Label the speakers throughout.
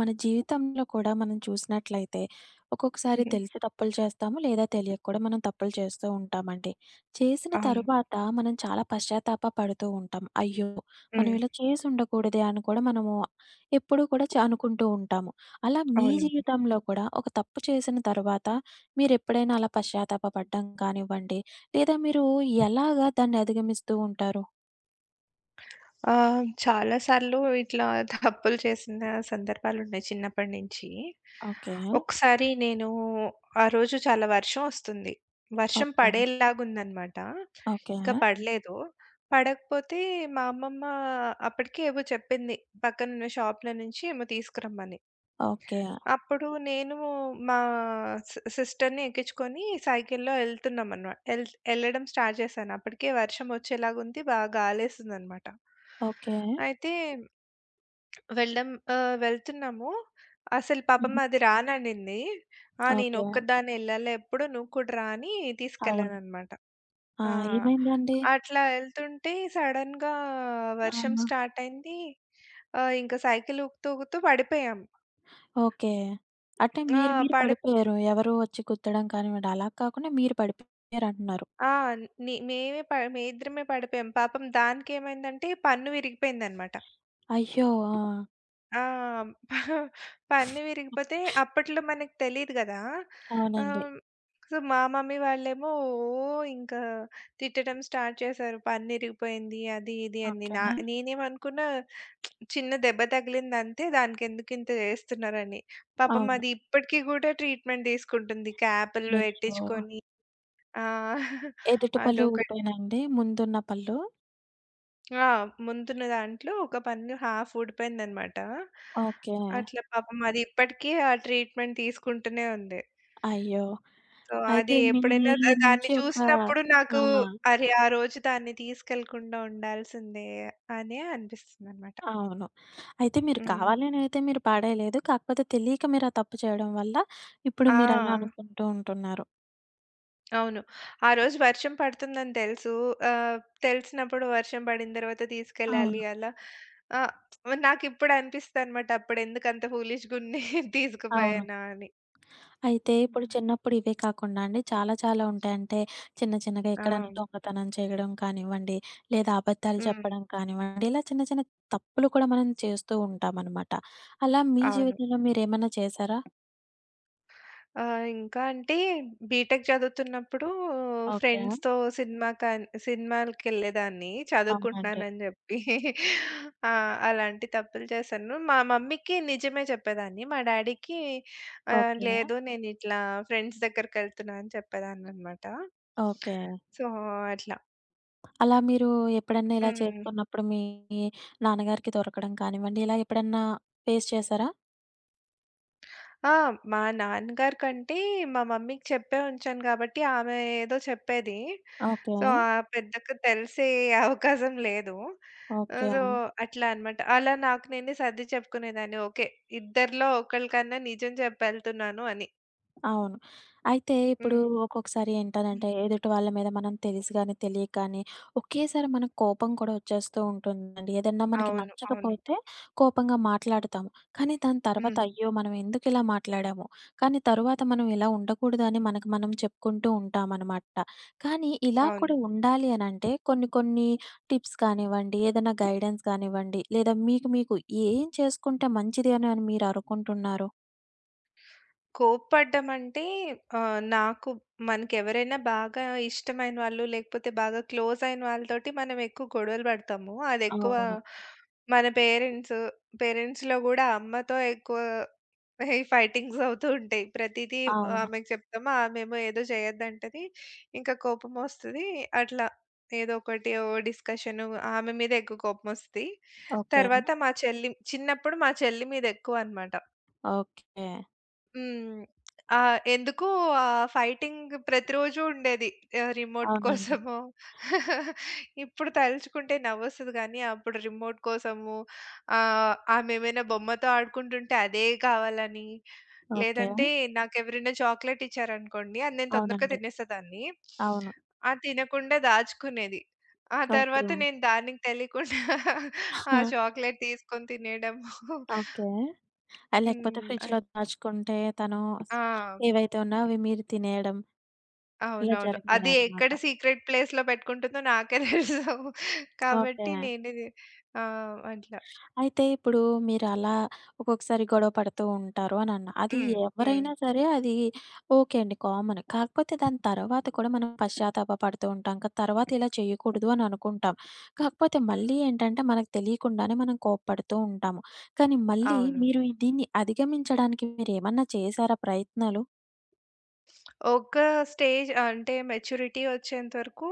Speaker 1: మన జీవితంలో కూడా మనం చూసినట్లయితే ఒక్కొక్కసారి
Speaker 2: హుహు.
Speaker 1: తెలిసి తప్పులు చేస్తాము లేదా తెలియక కూడా మనం తప్పులు చేస్తూ ఉంటామండి. చేసిన
Speaker 2: అవును.
Speaker 1: తరువాత మనం చాలా పశ్చాత్తాప పడుతూ ఉంటాం. అయ్యో! మనం
Speaker 2: హ్మ్.
Speaker 1: ఇలా చేసి ఉండకూడదే అని కూడా మనము ఎప్పుడూ కూడా అనుకుంటూ ఉంటాము. అలా మీ
Speaker 2: అవును.
Speaker 1: జీవితంలో కూడా ఒక తప్పు చేసిన తర్వాత మీరెప్పుడైనా అలా పశ్చాత్తాప పడ్డం కానివ్వండి, లేదా మీరు ఎలాగా దాన్ని అధిగమిస్తూ ఉంటారు?
Speaker 2: చాలా సార్లు ఇట్లా తప్పులు చేసిన సందర్భాలున్నాయి చిన్నప్పటి నుంచి.
Speaker 1: ఓకే.
Speaker 2: ఒకసారి నేను ఆ రోజు చాలా వర్షం ఒస్తుంది. వర్షం
Speaker 1: ఓకే.
Speaker 2: పడేలాగుందనమాట.
Speaker 1: ఓకే.
Speaker 2: ఇంకా పడలేదు. పడకపోతే మా అమ్మమ్మ అప్పటికి ఏవో చెప్పింది. పక్కనున్న షాప్‌లో నుంచి ఏమో తీసుకురమ్మని.
Speaker 1: ఓకే.
Speaker 2: అప్పుడు నేను మా సిస్టర్‌ని ఎక్కించుకొని సైకిల్‌లో ఎళ్తున్నామన్నమాట. ఎళ్ళడం స్టార్ట్ చేశాను. అప్పటికే వర్షం వచ్చేలాగుంది. బాగా ఆలేసిందనమాట.
Speaker 1: ఓకే.
Speaker 2: అయితే వెళ్ళడం వెళ్తున్నాము. అసలు పాపం
Speaker 1: హుహు.
Speaker 2: అది రాననింది. ఆ!
Speaker 1: ఓకే.
Speaker 2: నేనొక్కదాన్ని ఎళ్ళాలా ఎప్పుడు నువ్వు కూడా రా అని
Speaker 1: అవును.
Speaker 2: తీసుకెళ్ళాననమాట.
Speaker 1: ఆ!
Speaker 2: ఆ!
Speaker 1: ఏమైందండి?
Speaker 2: అట్లా ఎళ్తుంటే సడెన్‌గా
Speaker 1: ఆ!
Speaker 2: వర్షం స్టార్ట్ అయింది. ఇంకా సైకిల్ ఊగుతూ ఊగుతూ పడిపోయాం.
Speaker 1: ఓకే. అంటే
Speaker 2: ఆ!
Speaker 1: మీరు మీరు
Speaker 2: పడి
Speaker 1: పడిపోయారు. ఎవరు వచ్చి గుద్దడం కానివ్వండి, అలా కాకుండా మీరు పడిపోయారంటున్నారు.
Speaker 2: ఆ! నే మేమే ప మేమిద్దరమే పడిపోయాం. పాపం దానికేమైందంటే పన్ను విరిగిపోయిందనమాట.
Speaker 1: అయ్యో! ఆ!
Speaker 2: ఆ! ప పన్ను విరిగిపోతే అప్పట్లో మనకు తెలీదు గదా!
Speaker 1: అవునండి.
Speaker 2: ఆహ్, మా మమ్మీ వాళ్ళేమో ఓహ్! ఇంకా తిట్టడం స్టార్ట్ చేశారు. పన్ను ఇరిగిపోయింది అది ఇది అని.
Speaker 1: ఓకేనా?
Speaker 2: నేనేమనుకున్నా చిన్న దెబ్బ తగిలిందంతే దానికెందుకింత జేస్తున్నారని. పాపం
Speaker 1: అవును.
Speaker 2: అది ఇప్పటికి గూడా ట్రీట్‌మెంట్ తీసుకుంటుంది. క్యాపులు
Speaker 1: అయ్యో!
Speaker 2: పెట్టించుకొని. ఆ!
Speaker 1: ఎదుటి పళ్ళు
Speaker 2: అదొక
Speaker 1: ఊడిపోయినాయా అండి? ముందున్న పళ్ళు?
Speaker 2: ఆ! ముందున్న దాంట్లో ఒక పన్ను హాఫ్ ఊడిపోయిందనమాట.
Speaker 1: ఓకే.
Speaker 2: అట్లా పాపం అది ఇప్పటికీ ఆ ట్రీట్‌మెంట్ తీసుకుంటూనే ఉంది.
Speaker 1: అయ్యో!
Speaker 2: సో, అది
Speaker 1: అయితే మీ
Speaker 2: ఎప్పుడైనా దాన్ని
Speaker 1: నుంచి ఒక
Speaker 2: చూసినప్పుడు నాకు
Speaker 1: ఆ!
Speaker 2: అరే! ఆ రోజు దాన్ని తీసుకెళ్ళకుండా ఉండాల్సిందే అనే అనిపిస్తుందనమాట.
Speaker 1: అవును. అయితే మీరు
Speaker 2: హ్మ్.
Speaker 1: కావాలని అయితే మీరు పాడేయలేదు. కాకపోతే తెలియక మీరు ఆ తప్పు చేయడం వల్ల ఇప్పుడు
Speaker 2: ఆ!
Speaker 1: మీరలా అనుకుంటూ ఉంటున్నారు.
Speaker 2: అవును. ఆ రోజు వర్షం పడుతుందని తెలుసు. ఆహ్, తెలిసినప్పుడు వర్షం పడిన తర్వాత తీసుకెళ్ళాలి
Speaker 1: అవును.
Speaker 2: అలా. ఆ! నాకిప్పుడు అనిపిస్తదనమాట అప్పుడెందుకు అంత ఫూలిష్‌గున్నే
Speaker 1: అవును.
Speaker 2: తీసుకుపోయానా అని.
Speaker 1: అయితే
Speaker 2: హ్మ్.
Speaker 1: ఇప్పుడు చిన్నప్పుడు ఇవే కాకుండా అండి చాలా చాలా ఉంటాయి. అంటే చిన్న చిన్నగా
Speaker 2: ఆ!
Speaker 1: ఎక్కడన్నా దొంగతనం చేయడం కానివ్వండి, లేదా అబద్ధాలు
Speaker 2: హ్మ్.
Speaker 1: చెప్పడం కానివ్వండి, ఇలా చిన్న చిన్న తప్పులు కూడా మనం చేస్తూ ఉంటామనమాట. అలా మీ
Speaker 2: అవును.
Speaker 1: జీవితంలో మీరేమన్నా చేశారా?
Speaker 2: ఆహ్, ఇంకా అంటే బీటెక్ చదువుతున్నప్పుడు
Speaker 1: ఓకే.
Speaker 2: ఫ్రెండ్స్‌తో సినిమాలకెళ్ళేదాన్ని
Speaker 1: అవునండి.
Speaker 2: చదువుకుంటున్నానని జెప్పి. ఆ! అలాంటి తప్పులు చేశాను. మా మమ్మీకి నిజమే చెప్పేదాన్ని. మా డ్యాడీకి
Speaker 1: ఓకే.
Speaker 2: లేదు నేనిట్లా ఫ్రెండ్స్ దగ్గరికెళ్తున్నా అని చెప్పేదాన్ననమాట.
Speaker 1: ఓకే.
Speaker 2: సో, అట్లా.
Speaker 1: అలా మీరు ఎప్పుడన్నా ఇలా
Speaker 2: హ్మ్.
Speaker 1: చేస్తున్నప్పుడు మీ నాన్నగారికి దొరకడం కానివ్వండి, ఇలా ఎప్పుడన్నా ఫేస్ చేశారా?
Speaker 2: ఆ! మా నాన్నగారి కంటే మా మమ్మీకి చెప్పే ఉంచాను గాబట్టి ఆమె ఏదో చెప్పేది.
Speaker 1: ఓకే.
Speaker 2: సో, ఆ పెద్దగా తెలిసే అవకాశం లేదు. ఆహ్,
Speaker 1: ఓకే.
Speaker 2: సో, అట్లా అన్నమాట. అలా నాకు నేనే సర్ది చెప్పుకునేదాన్ని. ఓకే. ఇద్దరిలో ఒకళ్ళకన్నా నిజం చెప్పెళ్తున్నాను అని.
Speaker 1: అవును. అయితే ఇప్పుడు
Speaker 2: హ్మ్.
Speaker 1: ఒక్కొక్కసారి
Speaker 2: హ్మ్.
Speaker 1: ఏంటనంటే ఎదుటి వాళ్ళ మీద మనం తెలిసి గాని, తెలియక గాని ఒకేసారి మనకు కోపం కూడా వచ్చేస్తూ ఉంటుందండి. ఏదన్నా మనకి
Speaker 2: అవును. అవును.
Speaker 1: నచ్చకపోతే కోపంగా మాట్లాడతాము. కానీ దాని తర్వాత
Speaker 2: హ్మ్.
Speaker 1: అయ్యో! మనం ఎందుకు ఇలా మాట్లాడాము? కానీ తరువాత మనం ఇలా ఉండకూడదు అని మనకు మనం చెప్పుకుంటూ ఉంటామనమాట. కానీ ఇలా
Speaker 2: అవును.
Speaker 1: కూడా ఉండాలి అనంటే కొన్ని కొన్ని టిప్స్ కానివ్వండి, ఏదైనా గైడెన్స్ కానివ్వండి, లేదా మీకు మీకు ఏం చేసుకుంటే మంచిది అని అని మీరు అనుకుంటున్నారు?
Speaker 2: కోప్పడ్డం అంటే నాకు మనకెవరైనా బాగా ఇష్టమైన వాళ్ళు, లేకపోతే బాగా క్లోజ్ అయిన వాళ్ళతోటి మనం ఎక్కువ గొడవలు పడతాము. అదెక్కువ
Speaker 1: అవును.
Speaker 2: మన పేరెంట్స్, పేరెంట్స్‌లో గూడా అమ్మతో ఎక్కువ ఫైటింగ్స్ అవుతూ ఉంటాయి. ప్రతీదీ
Speaker 1: అవును.
Speaker 2: ఆమెకి చెప్తాము. ఆమేమో ఏదో చేయొద్దంటది. ఇంకా కోపమొస్తది. అట్లా ఏదో ఒకటి ఓ డిస్కషను ఆమె మీద ఎక్కువ కోపమొస్తది.
Speaker 1: ఓకే.
Speaker 2: తర్వాత మా చెల్లి చిన్నప్పుడు మా చెల్లి మీద ఎక్కువ అనమాట.
Speaker 1: ఓకే.
Speaker 2: హ్మ్. ఆ! ఎందుకు ఆ ఫైటింగ్ ప్రతిరోజు ఉండేది. రిమోట్
Speaker 1: అవునండి.
Speaker 2: కోసము. ఇప్పుడు తలుచుకుంటే నవ్వొస్తది గానీ, అప్పుడు రిమోట్ కోసము ఆమేమైనా బొమ్మతో ఆడుకుంటుంటే అదే కావాలని,
Speaker 1: ఓకే.
Speaker 2: లేదంటే నాకెవరైనా చాక్లెట్ ఇచ్చారనుకోండి, అది నేను తొందరగా
Speaker 1: అవునండి.
Speaker 2: తినేసేదాన్ని.
Speaker 1: అవును.
Speaker 2: అది తినకుండా దాచుకునేది. ఆ
Speaker 1: ఓకే.
Speaker 2: తర్వాత నేను దానికి తెలియకుండా ఆ
Speaker 1: ఆ!
Speaker 2: చాక్లెట్ తీసుకొని తినేయడము.
Speaker 1: ఓకే. లేకపోతే
Speaker 2: హ్మ్.
Speaker 1: ఫ్రిడ్జ్‌లో
Speaker 2: అట్లా.
Speaker 1: దాచుకుంటే తను
Speaker 2: ఆ!
Speaker 1: ఏవైతే ఉన్నాయో అవి మీరు తినేయడం ఇలా
Speaker 2: అవునవును. అది
Speaker 1: జరిగినాయనమాట.
Speaker 2: ఎక్కడ సీక్రెట్ ప్లేస్‌లో పెట్టుకుంటుందో నాకే తెలుసు.
Speaker 1: ఓకే.
Speaker 2: కాబట్టి నేనే ఆ! అట్లా.
Speaker 1: అయితే ఇప్పుడు మీరలా ఒక్కొక్కసారి గొడవ పడుతూ ఉంటారు అని అన్నా. అది
Speaker 2: హ్మ్. హ్మ్.
Speaker 1: ఎవరైనా సరే అది ఓకే అండి కామన్. కాకపోతే దాని తర్వాత కూడా మనం పశ్చాత్తాప పడుతూ ఉంటాం. కదా! తర్వాత ఇలా చేయకూడదు అని అనుకుంటాం. కాకపోతే మళ్ళీ ఏంటంటే మనకు తెలియకుండానే మనం కోప్పడుతూ ఉంటాము. కానీ మళ్ళీ
Speaker 2: అవును.
Speaker 1: మీరు దీన్ని అధిగమించడానికి మీరేమన్నా చేసారా ప్రయత్నాలు?
Speaker 2: ఒక స్టేజ్ అంటే మెచ్యూరిటీ వచ్చేంత వరకు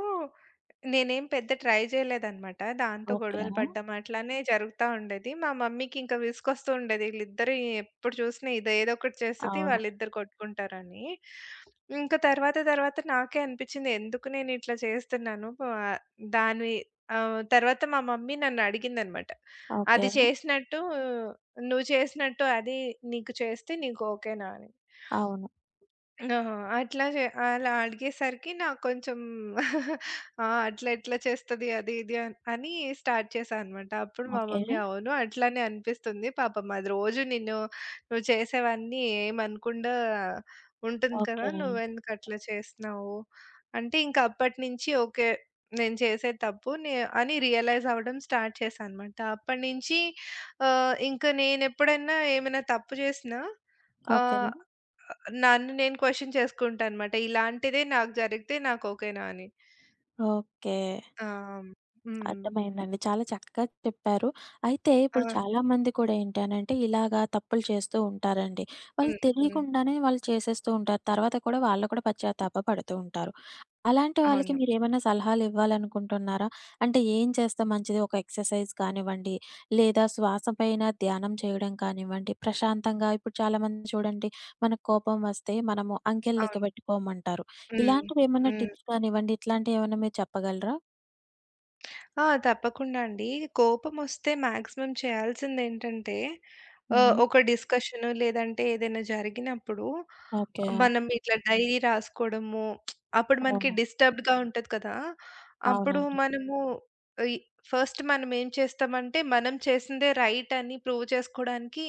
Speaker 2: నేనేం పెద్ద ట్రై చేయలేదనమాట. దాంతో
Speaker 1: ఓకే.
Speaker 2: గొడవలు పడ్డం అట్లానే జరుగుతా ఉండేది. మా మమ్మీకి ఇంకా విసుగొస్తూ ఉండేది. వీళ్ళిద్దరూ ఎప్పుడు చూసినా ఇది ఏదో ఒకటి చేస్తది.
Speaker 1: అవును.
Speaker 2: వాళ్ళిద్దరు కొట్టుకుంటారని. ఇంకా తర్వాత తర్వాత నాకే అనిపించింది ఎందుకు నేను ఇట్లా చేస్తున్నాను. దాని తర్వాత మా మమ్మీ నన్ను అడిగిందనమాట.
Speaker 1: ఓకే.
Speaker 2: అది చేసినట్టు నువ్వు చేసినట్టు అది నీకు చేస్తే నీకు ఓకేనా అని.
Speaker 1: అవును.
Speaker 2: ఆహా! అట్లా జే అలా అడిగేసరికి నాకు కొంచెం ఆ! అట్లా ఇట్లా చేస్తది అది ఇది అని స్టార్ట్ చేశా అనమాట. అప్పుడు మా
Speaker 1: ఓకే.
Speaker 2: మమ్మీ అవును అట్లానే అనిపిస్తుంది. పాపం అది రోజు నిన్ను నువ్వు చేసేవన్నీ ఏమనకుండా ఉంటుంది కదా!
Speaker 1: ఓకే.
Speaker 2: నువ్వెందుకు అట్లా చేస్తున్నావు? అంటే ఇంక అప్పటినుంచి ఓకే. నేను చేసేది తప్పు అని రియలైజ్ అవ్వడం స్టార్ట్ చేశా అనమాట. అప్పటినుంచి ఇంక నేనెప్పుడన్నా ఏమైనా తప్పు చేసినా
Speaker 1: ఓకే.
Speaker 2: ఆహ్ నన్ను నేను క్వెషన్ చేసుకుంటా అనమాట. ఇలాంటిదే నాకు జరిగితే నాకు ఓకేనా అని.
Speaker 1: ఓకే.
Speaker 2: ఆ! హ్మ్.
Speaker 1: అర్థమైందండి. చాలా చక్కగా చెప్పారు. అయితే
Speaker 2: ఆ!
Speaker 1: ఇప్పుడు చాలామంది కూడా ఏంటి అనంటే ఇలాగా తప్పులు చేస్తూ ఉంటారండి. వాళ్ళకి
Speaker 2: హ్మ్. హ్మ్.
Speaker 1: తెలియకుండానే వాళ్ళు చేసేస్తూ ఉంటారు. తర్వాత కూడా వాళ్ళు కూడా పశ్చాత్తాప పడుతూ ఉంటారు. అలాంటి వాళ్ళకి
Speaker 2: అవును.
Speaker 1: మీరేమైనా సలహాలు ఇవ్వాలనుకుంటున్నారా? అంటే ఏం చేస్తే మంచిది? ఒక ఎక్సర్సైజ్ కానివ్వండి, లేదా శ్వాస పైన ధ్యానం చేయడం కానివ్వండి, ప్రశాంతంగా ఇప్పుడు చాలామంది చూడండి మనకు కోపం వస్తే మనము అంకెలు
Speaker 2: అవును.
Speaker 1: లెక్కబెట్టుకోమంటారు.
Speaker 2: హ్మ్.
Speaker 1: ఇలాంటివేమన్నా
Speaker 2: హ్మ్.
Speaker 1: టిప్స్ కానివ్వండి, ఇట్లాంటియేమన్నా మీరు చెప్పగలరా?
Speaker 2: ఆ! తప్పకుండా అండి. కోపమొస్తే మాక్సిమం చేయాల్సిందేంటంటే
Speaker 1: హ్మ్.
Speaker 2: ఒక డిస్కషను లేదంటే ఏదైనా జరిగినప్పుడు
Speaker 1: ఓకే.
Speaker 2: మనం ఇట్లా డైరీ రాసుకోవడము, అప్పుడు మనకి
Speaker 1: అవును.
Speaker 2: డిస్టర్బ్‌డ్‌గా ఉంటది కదా! అప్పుడు
Speaker 1: అవునండి.
Speaker 2: మనము ఈ ఫస్ట్ మనం ఏం చేస్తామంటే, మనం చేసిందే రైట్ అని ప్రూవ్ చేసుకోవడానికి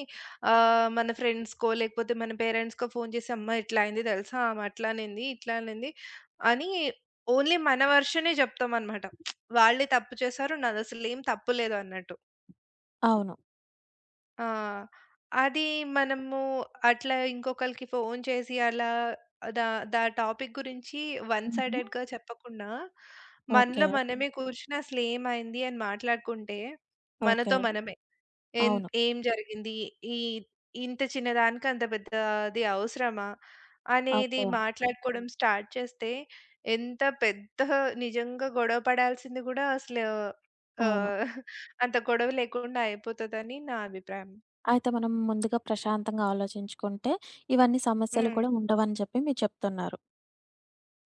Speaker 2: మన ఫ్రెండ్స్‌కో లేకపోతే మన పేరెంట్స్‌కో ఫోను చేసి, "అమ్మ ఇట్లా అయింది తెలుసా? ఆమె అట్లా అనింది, ఇట్లా అనింది" అని ఓన్లీ మన వర్షనే చెప్తామనమాట. వాళ్ళే తప్పు చేశారు. నాదసలేం తప్పు లేదు అన్నట్టు.
Speaker 1: అవును.
Speaker 2: ఆ! అది మనము అట్లా ఇంకొకళ్ళకి ఫోను చేసి అలా దా దా టాపిక్ గురించి వన్
Speaker 1: హుహు.
Speaker 2: సైడెడ్‌గా చెప్పకుండా, మనలో
Speaker 1: ఓకే.
Speaker 2: మనమే కూర్చొని అసలేమైంది అని మాట్లాడుకుంటే
Speaker 1: ఓకే.
Speaker 2: మనతో మనమే. ఏం
Speaker 1: అవును.
Speaker 2: ఏం జరిగింది? ఈ ఇంత చిన్నదానికి అంత పెద్దది అవసరమా? అనేది
Speaker 1: ఓకే.
Speaker 2: మాట్లాడుకోవడం స్టార్ట్ చేస్తే ఎంత పెద్ద నిజంగా గొడవ పడాల్సింది గూడా అసలు
Speaker 1: అవును.
Speaker 2: ఆహ్, అంత గొడవ లేకుండా అయిపోతదని నా అభిప్రాయం.
Speaker 1: అయితే మనం ముందుగా ప్రశాంతంగా ఆలోచించుకుంటే ఇవన్నీ సమస్యలు
Speaker 2: హ్మ్.
Speaker 1: కూడా ఉండవని చెప్పి మీరు చెప్తున్నారు.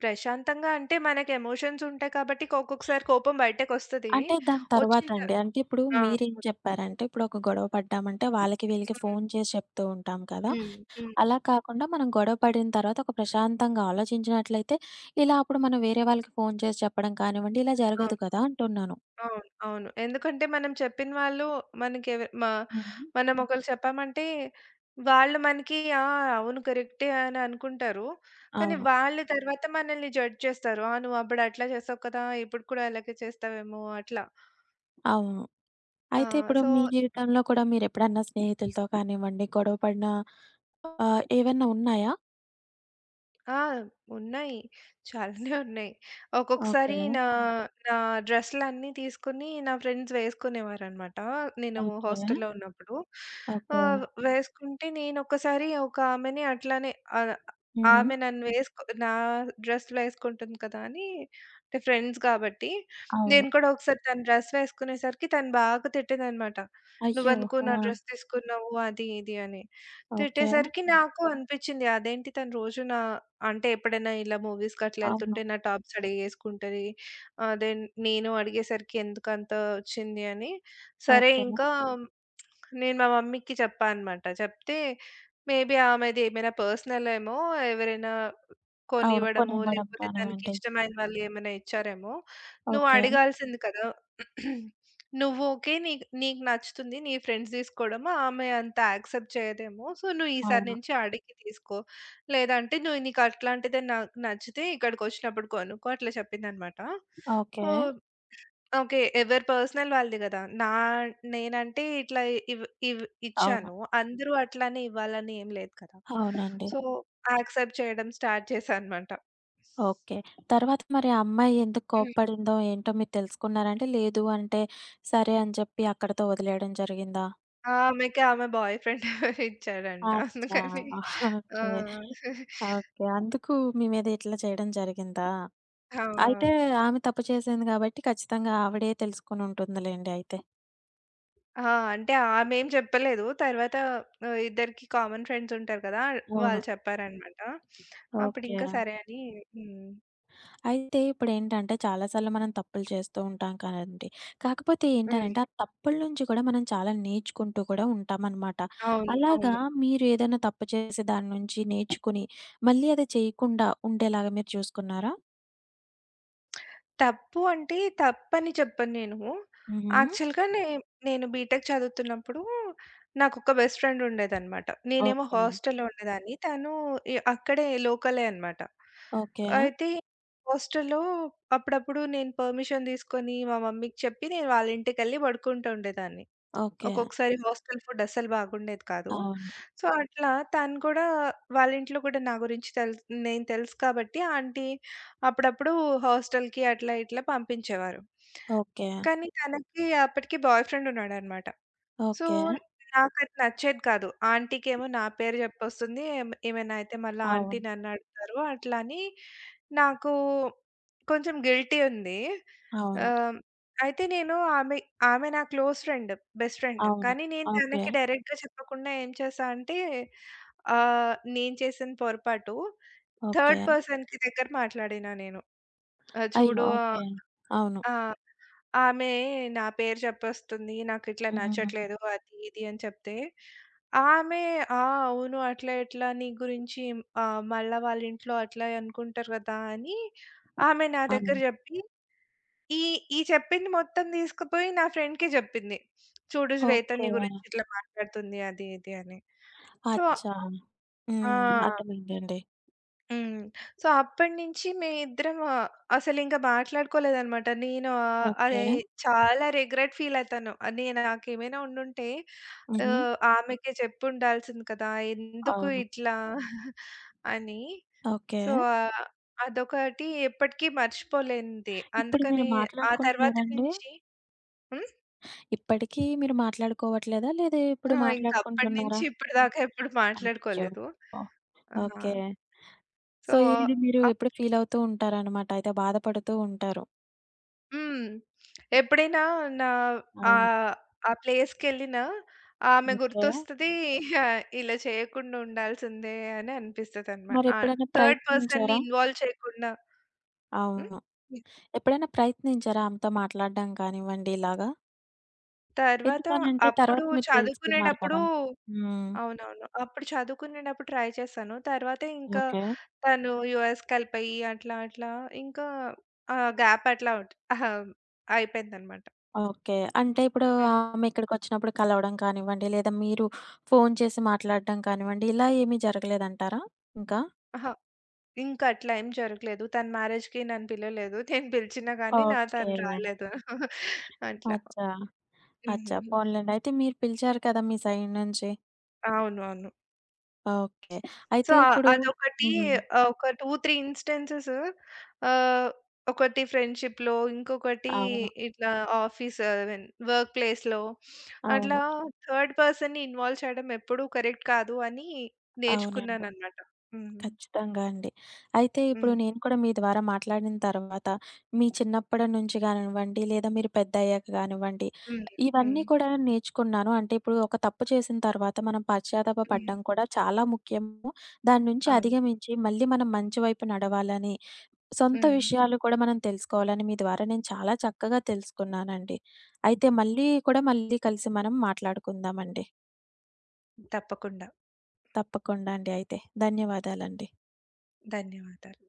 Speaker 2: ప్రశాంతంగా అంటే మనకి ఎమోషన్స్ ఉంటాయి కాబట్టి ఒక్కొక్కసారి కోపం బయటకొస్తది.
Speaker 1: అంటే దాని తర్వాత
Speaker 2: వచ్చిన త
Speaker 1: అండి అంటే ఇప్పుడు
Speaker 2: ఆ!
Speaker 1: మీరేం చెప్పారంటే ఇప్పుడు ఒక గొడవ పడ్డామంటే వాళ్ళకి వీళ్ళకి
Speaker 2: హ్మ్.
Speaker 1: ఫోను చేసి చెప్తూ ఉంటాం కదా!
Speaker 2: హ్మ్. హ్మ్.
Speaker 1: అలా కాకుండా మనం గొడవ పడిన తర్వాత ఒక ప్రశాంతంగా ఆలోచించినట్లయితే ఇలా అప్పుడు మనం వేరే వాళ్ళకి ఫోను చేసి చెప్పడం కానివ్వండి ఇలా
Speaker 2: ఆ!
Speaker 1: జరగదు కదా! అంటున్నాను.
Speaker 2: అవును. అవును. ఎందుకంటే మనం చెప్పిన వాళ్ళు మనకెవ మ
Speaker 1: హ్మ్.
Speaker 2: మనం హ్మ్. ఒకళ్ళు చెప్పామంటే వాళ్ళు మనకి ఆ! అవును కరెక్టే అని అనుకుంటారు. కానీ
Speaker 1: అవును.
Speaker 2: వాళ్ళు హ్మ్. తర్వాత మనల్ని జడ్జ్ చేస్తారు. ఆ! నువ్వు అప్పుడు అట్లా చేసావు కదా! ఇప్పుడు కూడా అలాగే చేస్తావేమో అట్లా.
Speaker 1: అవును. అయితే
Speaker 2: ఆ!
Speaker 1: ఇప్పుడు
Speaker 2: సో
Speaker 1: మీ జీవితంలో కూడా మీరెప్పుడన్నా స్నేహితులతో కానివ్వండి, గొడవ పడిన ఏవన్నా ఉన్నాయా?
Speaker 2: ఆ! ఉన్నాయి. చాలానే ఉన్నాయి.
Speaker 1: ఓకే.
Speaker 2: ఒక్కొక్కసారి నా హ్మ్. నా డ్రెస్సులన్నీ తీసుకొని నా ఫ్రెండ్స్ వేసుకునేవారనమాట. నేను
Speaker 1: ఓకే.
Speaker 2: హాస్టల్‌లో ఉన్నప్పుడు.
Speaker 1: ఓకే.
Speaker 2: ఆహ్, హ్మ్. వేసుకుంటే నేనొకసారి ఒక ఆమెని అట్లానే ఆహ్,
Speaker 1: హుహు.
Speaker 2: ఆమె నన్ను వేసుకో నా డ్రెస్‌లో వేసుకుంటుంది కదా! అని అంటే ఫ్రెండ్స్ కాబట్టి,
Speaker 1: అవును.
Speaker 2: నేను కూడా ఒకసారి తను డ్రెస్ వేసుకునేసరికి తను బాగా తిట్టేదనమాట.
Speaker 1: అయ్యో!
Speaker 2: "నువ్వెందుకు
Speaker 1: ఆ!
Speaker 2: నా డ్రెస్ తీసుకున్నావు?" అది ఇది అని.
Speaker 1: ఓకే.
Speaker 2: తిట్టేసరికి హ్మ్. నాకు అనిపించింది అదేంటి తను రోజు నా అంటే ఎప్పుడైనా ఇలా మూవీస్‌కి అట్లా
Speaker 1: అవును.
Speaker 2: ఎళ్తుంటే నా టాప్స్ అడిగేసుకుంటది. ఆహ్, దెన్ నేను అడిగేసరికి ఎందుకంత వచ్చింది అని, సరే
Speaker 1: ఓకే.
Speaker 2: ఇంకా నేను మా మమ్మీకి చెప్పా అనమాట. చెప్తే మేబీ ఆమెది ఏమైనా పర్సనల్ ఏమో ఎవరైనా
Speaker 1: అవును.
Speaker 2: కొనివ్వడమో,
Speaker 1: కొనివ్వడం
Speaker 2: లేకపోతే
Speaker 1: కానివ్వండి.
Speaker 2: తనకిష్టమైన వాళ్ళు ఏమైనా ఇచ్చారేమో, నువ్వు
Speaker 1: ఓకే.
Speaker 2: అడగాల్సింది కదా! నువ్వు ఓకే. నీకు నీకు నచ్చుతుంది. నీ ఫ్రెండ్స్ తీసుకోవడము, ఆమె అంత యాక్సెప్ట్ చేయదేమో. సో, నువ్వు ఈసారి
Speaker 1: అవును.
Speaker 2: నుంచి అడిగి తీసుకో. లేదంటే నువ్వు నీకు అట్లాంటిదే నాకు నచ్చితే ఇక్కడికొచ్చినప్పుడు కొనుక్కో అట్లా చెప్పిందనమాట.
Speaker 1: ఓకే.
Speaker 2: ఓహ్! ఓకే. ఎవరి పర్సనల్ వాళ్ళది గదా! నా నేనంటే ఇట్లా ఇవ్ ఇవ్
Speaker 1: అవును.
Speaker 2: ఇచ్చాను. అందరూ అట్లానే ఇవ్వాలని ఏం లేదు కదా!
Speaker 1: అవునండి.
Speaker 2: సో, యాక్సెప్ట్ చేయడం స్టార్ట్ చేశానన్నమాట.
Speaker 1: ఓకే. తర్వాత మరి ఆ అమ్మాయి ఎందుకు
Speaker 2: హ్మ్.
Speaker 1: కోప్పడిందో ఏంటో మీరు తెలుసుకున్నారా అండి? లేదు అంటే సరే అని చెప్పి అక్కడితో వదిలేయడం జరిగిందా?
Speaker 2: ఆమెకి ఆమె బాయ్ ఫ్రెండ్ ఇచ్చాడంట.
Speaker 1: అచ్చా!
Speaker 2: అందుకని
Speaker 1: ఓకే.
Speaker 2: ఆ!
Speaker 1: ఓకే. అందుకు మీ మీద ఇట్లా చేయడం జరిగిందా?
Speaker 2: ఆ!
Speaker 1: అయితే ఆమె తప్పు చేసింది గాబట్టి ఖచ్చితంగా ఆవిడే తెలుసుకొనుంటుందిలెండి అయితే.
Speaker 2: ఆ! అంటే ఆమేం చెప్పలేదు. తర్వాత ఇద్దరికి కామన్ ఫ్రెండ్స్ ఉంటారు కదా!
Speaker 1: అవును.
Speaker 2: వాళ్ళు చెప్పారన్నమాట.
Speaker 1: ఓకే.
Speaker 2: అప్పుడింకా సరే అని హ్మ్.
Speaker 1: అయితే ఇప్పుడేంటంటే చాలా సార్లు మనం తప్పులు చేస్తూ ఉంటాం కదండీ. కాకపోతే
Speaker 2: హ్మ్.
Speaker 1: ఏంటనంటే ఆ తప్పుల నుంచి కూడా మనం చాలా నేర్చుకుంటూ కూడా ఉంటామనమాట.
Speaker 2: అవును.
Speaker 1: అలాగా
Speaker 2: అవును.
Speaker 1: మీరు ఏదైనా తప్పు చేసి దాని నుంచి నేర్చుకుని మళ్ళీ అది చేయకుండా ఉండేలాగా మీరు చూసుకున్నారా?
Speaker 2: తప్పు అంటే, తప్పని చెప్పను నేను.
Speaker 1: హుహు.
Speaker 2: యాక్చువల్‌గా నే నేను బీటెక్ చదువుతున్నప్పుడు నాకొక బెస్ట్ ఫ్రెండ్ ఉండేదనమాట. నేనేమో
Speaker 1: ఓకే.
Speaker 2: హాస్టల్‌లో ఉండేదాన్ని. తను అక్కడే లోకలే అనమాట.
Speaker 1: ఓకే.
Speaker 2: అయితే హాస్టల్‌లో అప్పుడప్పుడు నేను పర్మిషన్ తీసుకొని, మా మమ్మీకి చెప్పి నేను వాళ్ళ ఇంటికెళ్ళి పడుకుంటూ ఉండేదాన్ని.
Speaker 1: ఓకే.
Speaker 2: ఒక్కొక్కసారి హాస్టల్ ఫుడ్ అస్సలు బాగుండేది కాదు.
Speaker 1: అవును.
Speaker 2: సో, అట్లా తను కూడా వాళ్ళ ఇంట్లో కూడా నా గురించి తెలుసు నేను తెలుసు కాబట్టి ఆంటీ అప్పుడప్పుడు హాస్టల్‌కి అట్లా ఇట్లా పంపించేవారు.
Speaker 1: ఓకే.
Speaker 2: కానీ తనకి అప్పటికి బాయ్ ఫ్రెండ్ ఉన్నాడనమాట. So,
Speaker 1: okay.
Speaker 2: నాకది నచ్చేది కాదు. ఆంటీకేమో నా పేరు జెప్పొస్తుంది. ఏమైనా అయితే మళ్ళా ఆంటీ
Speaker 1: అవును.
Speaker 2: నన్నడుగుతారు. అట్లా అని నాకు కొంచెం గిల్టీ ఉంది.
Speaker 1: అవును.
Speaker 2: ఆహ్, అయితే నేను ఆమె ఆమె నా క్లోజ్ ఫ్రెండ్, బెస్ట్ ఫ్రెండ్.
Speaker 1: అవును.
Speaker 2: కానీ నేను
Speaker 1: ఓకే.
Speaker 2: తనకి డైరెక్ట్‌గా చెప్పకుండా ఏం చేశా అంటే, నేను చేసిన పొరపాటు
Speaker 1: ఓకే.
Speaker 2: థర్డ్ పర్సన్‌కి దగ్గర మాట్లాడినా నేను.
Speaker 1: అయ్యో!
Speaker 2: చూడు
Speaker 1: ఓకే. అవును.
Speaker 2: ఆ! ఆమె నా పేరు చెప్పేస్తుంది. నాకిట్లా
Speaker 1: హ్మ్.
Speaker 2: నచ్చట్లేదు. అది ఇది అని చెప్తే, ఆమె "ఆ! అవును. అట్లా ఇట్లా నీ గురించి మళ్ళా వాళ్ళింట్లో అట్లా అనుకుంటారు కదా!" అని ఆమె నా దగ్గర
Speaker 1: అవును.
Speaker 2: జెప్పి, ఈ ఈ చెప్పింది మొత్తం తీసుకుపోయి నా ఫ్రెండ్‌కి జెప్పింది. "చూడు శ్వేత నీ
Speaker 1: ఓకే.
Speaker 2: గురించి ఇట్లా మాట్లాడుతుంది." అది ఇది అని. సో
Speaker 1: అచ్చా! హ్మ్.
Speaker 2: ఆ!
Speaker 1: అర్థమైందండి.
Speaker 2: హ్మ్. సో, అప్పటినుంచి మేమిద్దరం అసలింక మాట్లాడుకోలేదనమాట.
Speaker 1: ఓకే.
Speaker 2: అది చాలా రిగ్రెట్ ఫీలయితాను. అది నాకేమైనా ఉండుంటే
Speaker 1: హుహు.
Speaker 2: ఆమెకే చెప్పుండాల్సింది కదా! ఎందుకు
Speaker 1: అవును.
Speaker 2: ఇట్లా అని.
Speaker 1: ఓకే.
Speaker 2: సో, ఆహ్, అదొకటి ఎప్పటికీ మర్చిపోలేనిది.
Speaker 1: ఇప్పుడు మీరు
Speaker 2: అందుకని ఆ తర్వాత
Speaker 1: మాట్లాడుకుంటున్నారండి?
Speaker 2: నుంచి హ్మ్.
Speaker 1: ఇప్పటికీ మీరు మాట్లాడుకోవట్లేదా? లేదా
Speaker 2: ఆ!
Speaker 1: ఇప్పుడు
Speaker 2: ఇంకప్పటినుంచి
Speaker 1: మాట్లాడుకుంటున్నారా?
Speaker 2: ఇప్పటిదాకా ఎప్పుడు
Speaker 1: అయ్యో!
Speaker 2: మాట్లాడుకోలేదు. ఆహా!
Speaker 1: ఓకే.
Speaker 2: సో
Speaker 1: సో, ఇది మీరు ఎప్పుడు ఫీల్ అవుతూ ఉంటారనమాట. అయితే బాధపడుతూ ఉంటారు.
Speaker 2: హ్మ్. ఎప్పుడైనా నా
Speaker 1: అవును.
Speaker 2: ఆహ్, ఆ ప్లేస్‌కెళ్ళినా ఆమె
Speaker 1: ఓకే.
Speaker 2: గుర్తొస్తది. ఇలా చేయకుండా ఉండాల్సిందే అని ఆ!
Speaker 1: మరెప్పుడైనా
Speaker 2: థర్డ్ పర్సన్‌ని
Speaker 1: ప్రయత్నించారా?
Speaker 2: ఇన్వాల్వ్ చేయకుండా హ్మ్.
Speaker 1: అవును. ఎప్పుడైనా ప్రయత్నించారా ఆమెతో మాట్లాడడం కానివ్వండి ఇలాగా?
Speaker 2: తర్వాత
Speaker 1: ఎందుకనంటే
Speaker 2: అప్పుడు
Speaker 1: తర్వాత మీరు తెలుసుకున్నారు
Speaker 2: చదువుకునేటప్పుడు
Speaker 1: కదా! హ్మ్.
Speaker 2: అవునవును. అప్పుడు చదువుకునేటప్పుడు ట్రై చేశాను. తర్వాత ఇంకా
Speaker 1: ఓకే.
Speaker 2: తను యూఎస్‌కెళ్ళిపోయి అట్లా అట్లా ఇంకా ఆ గ్యాప్ అట్లా అవుట్ అహా! అయిపోయిందనమాట.
Speaker 1: ఓకే. అంటే ఇప్పుడు
Speaker 2: హ్మ్.
Speaker 1: ఆమె ఇక్కడికొచ్చినప్పుడు కలవడం కానివ్వండి, లేదా మీరు ఫోను చేసి మాట్లాడడం కానివ్వండి, ఇలా ఏమీ జరగలేదంటారా ఇంకా?
Speaker 2: అహా! ఇంకా అట్లా ఏం జరగలేదు. తన మ్యారేజ్‌కి నన్ను పిలవలేదు. నేను పిలిచినా గానీ తను
Speaker 1: ఓకే.
Speaker 2: రాలేదు. అట్లా.
Speaker 1: అచ్చా! అచ్చా!
Speaker 2: హుహు.
Speaker 1: పోన్లెండి. అయితే మీరు పిలిచారు కదా మీ సైడ్ నుంచి.
Speaker 2: అవును. అవును.
Speaker 1: ఓకే.
Speaker 2: సో,
Speaker 1: అయితే ఇప్పుడు
Speaker 2: అదొకటి
Speaker 1: హ్మ్.
Speaker 2: ఒక 2, 3 ఇన్‌స్టెన్సెస్ ఆహ్, ఒకటి ఫ్రెండ్‌షిప్‌లో, ఇంకొకటి
Speaker 1: అవును.
Speaker 2: ఇట్లా ఆఫీస్ ఐ మీన్ వర్క్ ప్లేస్‌లో అట్లా
Speaker 1: అవును.
Speaker 2: థర్డ్ పర్సన్‌ని ఇన్వాల్వ్ చేయడం ఎప్పుడూ కరెక్ట్ కాదు అని
Speaker 1: అవునండి.
Speaker 2: నేర్చుకున్నాననమాట. హ్మ్.
Speaker 1: ఖచ్చితంగా అండి. అయితే ఇప్పుడు
Speaker 2: హ్మ్.
Speaker 1: నేను కూడా మీ ద్వారా మాట్లాడిన తర్వాత, మీ చిన్నప్పటి నుంచి గానివ్వండి, లేదా మీరు పెద్దయ్యాక గానివ్వండి,
Speaker 2: హ్మ్.
Speaker 1: ఇవన్నీ
Speaker 2: హ్మ్.
Speaker 1: కూడా నేర్చుకున్నాను. అంటే ఇప్పుడు ఒక తప్పు చేసిన తర్వాత మనం పశ్చాత్తాప
Speaker 2: హ్మ్.
Speaker 1: పడడం కూడా చాలా ముఖ్యము. దాని నుంచి
Speaker 2: అవును.
Speaker 1: అధిగమించి మళ్ళీ మనం మంచి వైపు నడవాలని, సొంత
Speaker 2: హ్మ్.
Speaker 1: విషయాలు కూడా మనం తెలుసుకోవాలని మీ ద్వారా నేను చాలా చక్కగా తెలుసుకున్నానండి. అయితే మళ్ళీ కూడా మళ్ళీ కలిసి మనం మాట్లాడుకుందామండి.
Speaker 2: తప్పకుండా.
Speaker 1: తప్పకుండా అండి అయితే. ధన్యవాదాలండి.
Speaker 2: ధన్యవాదాలు.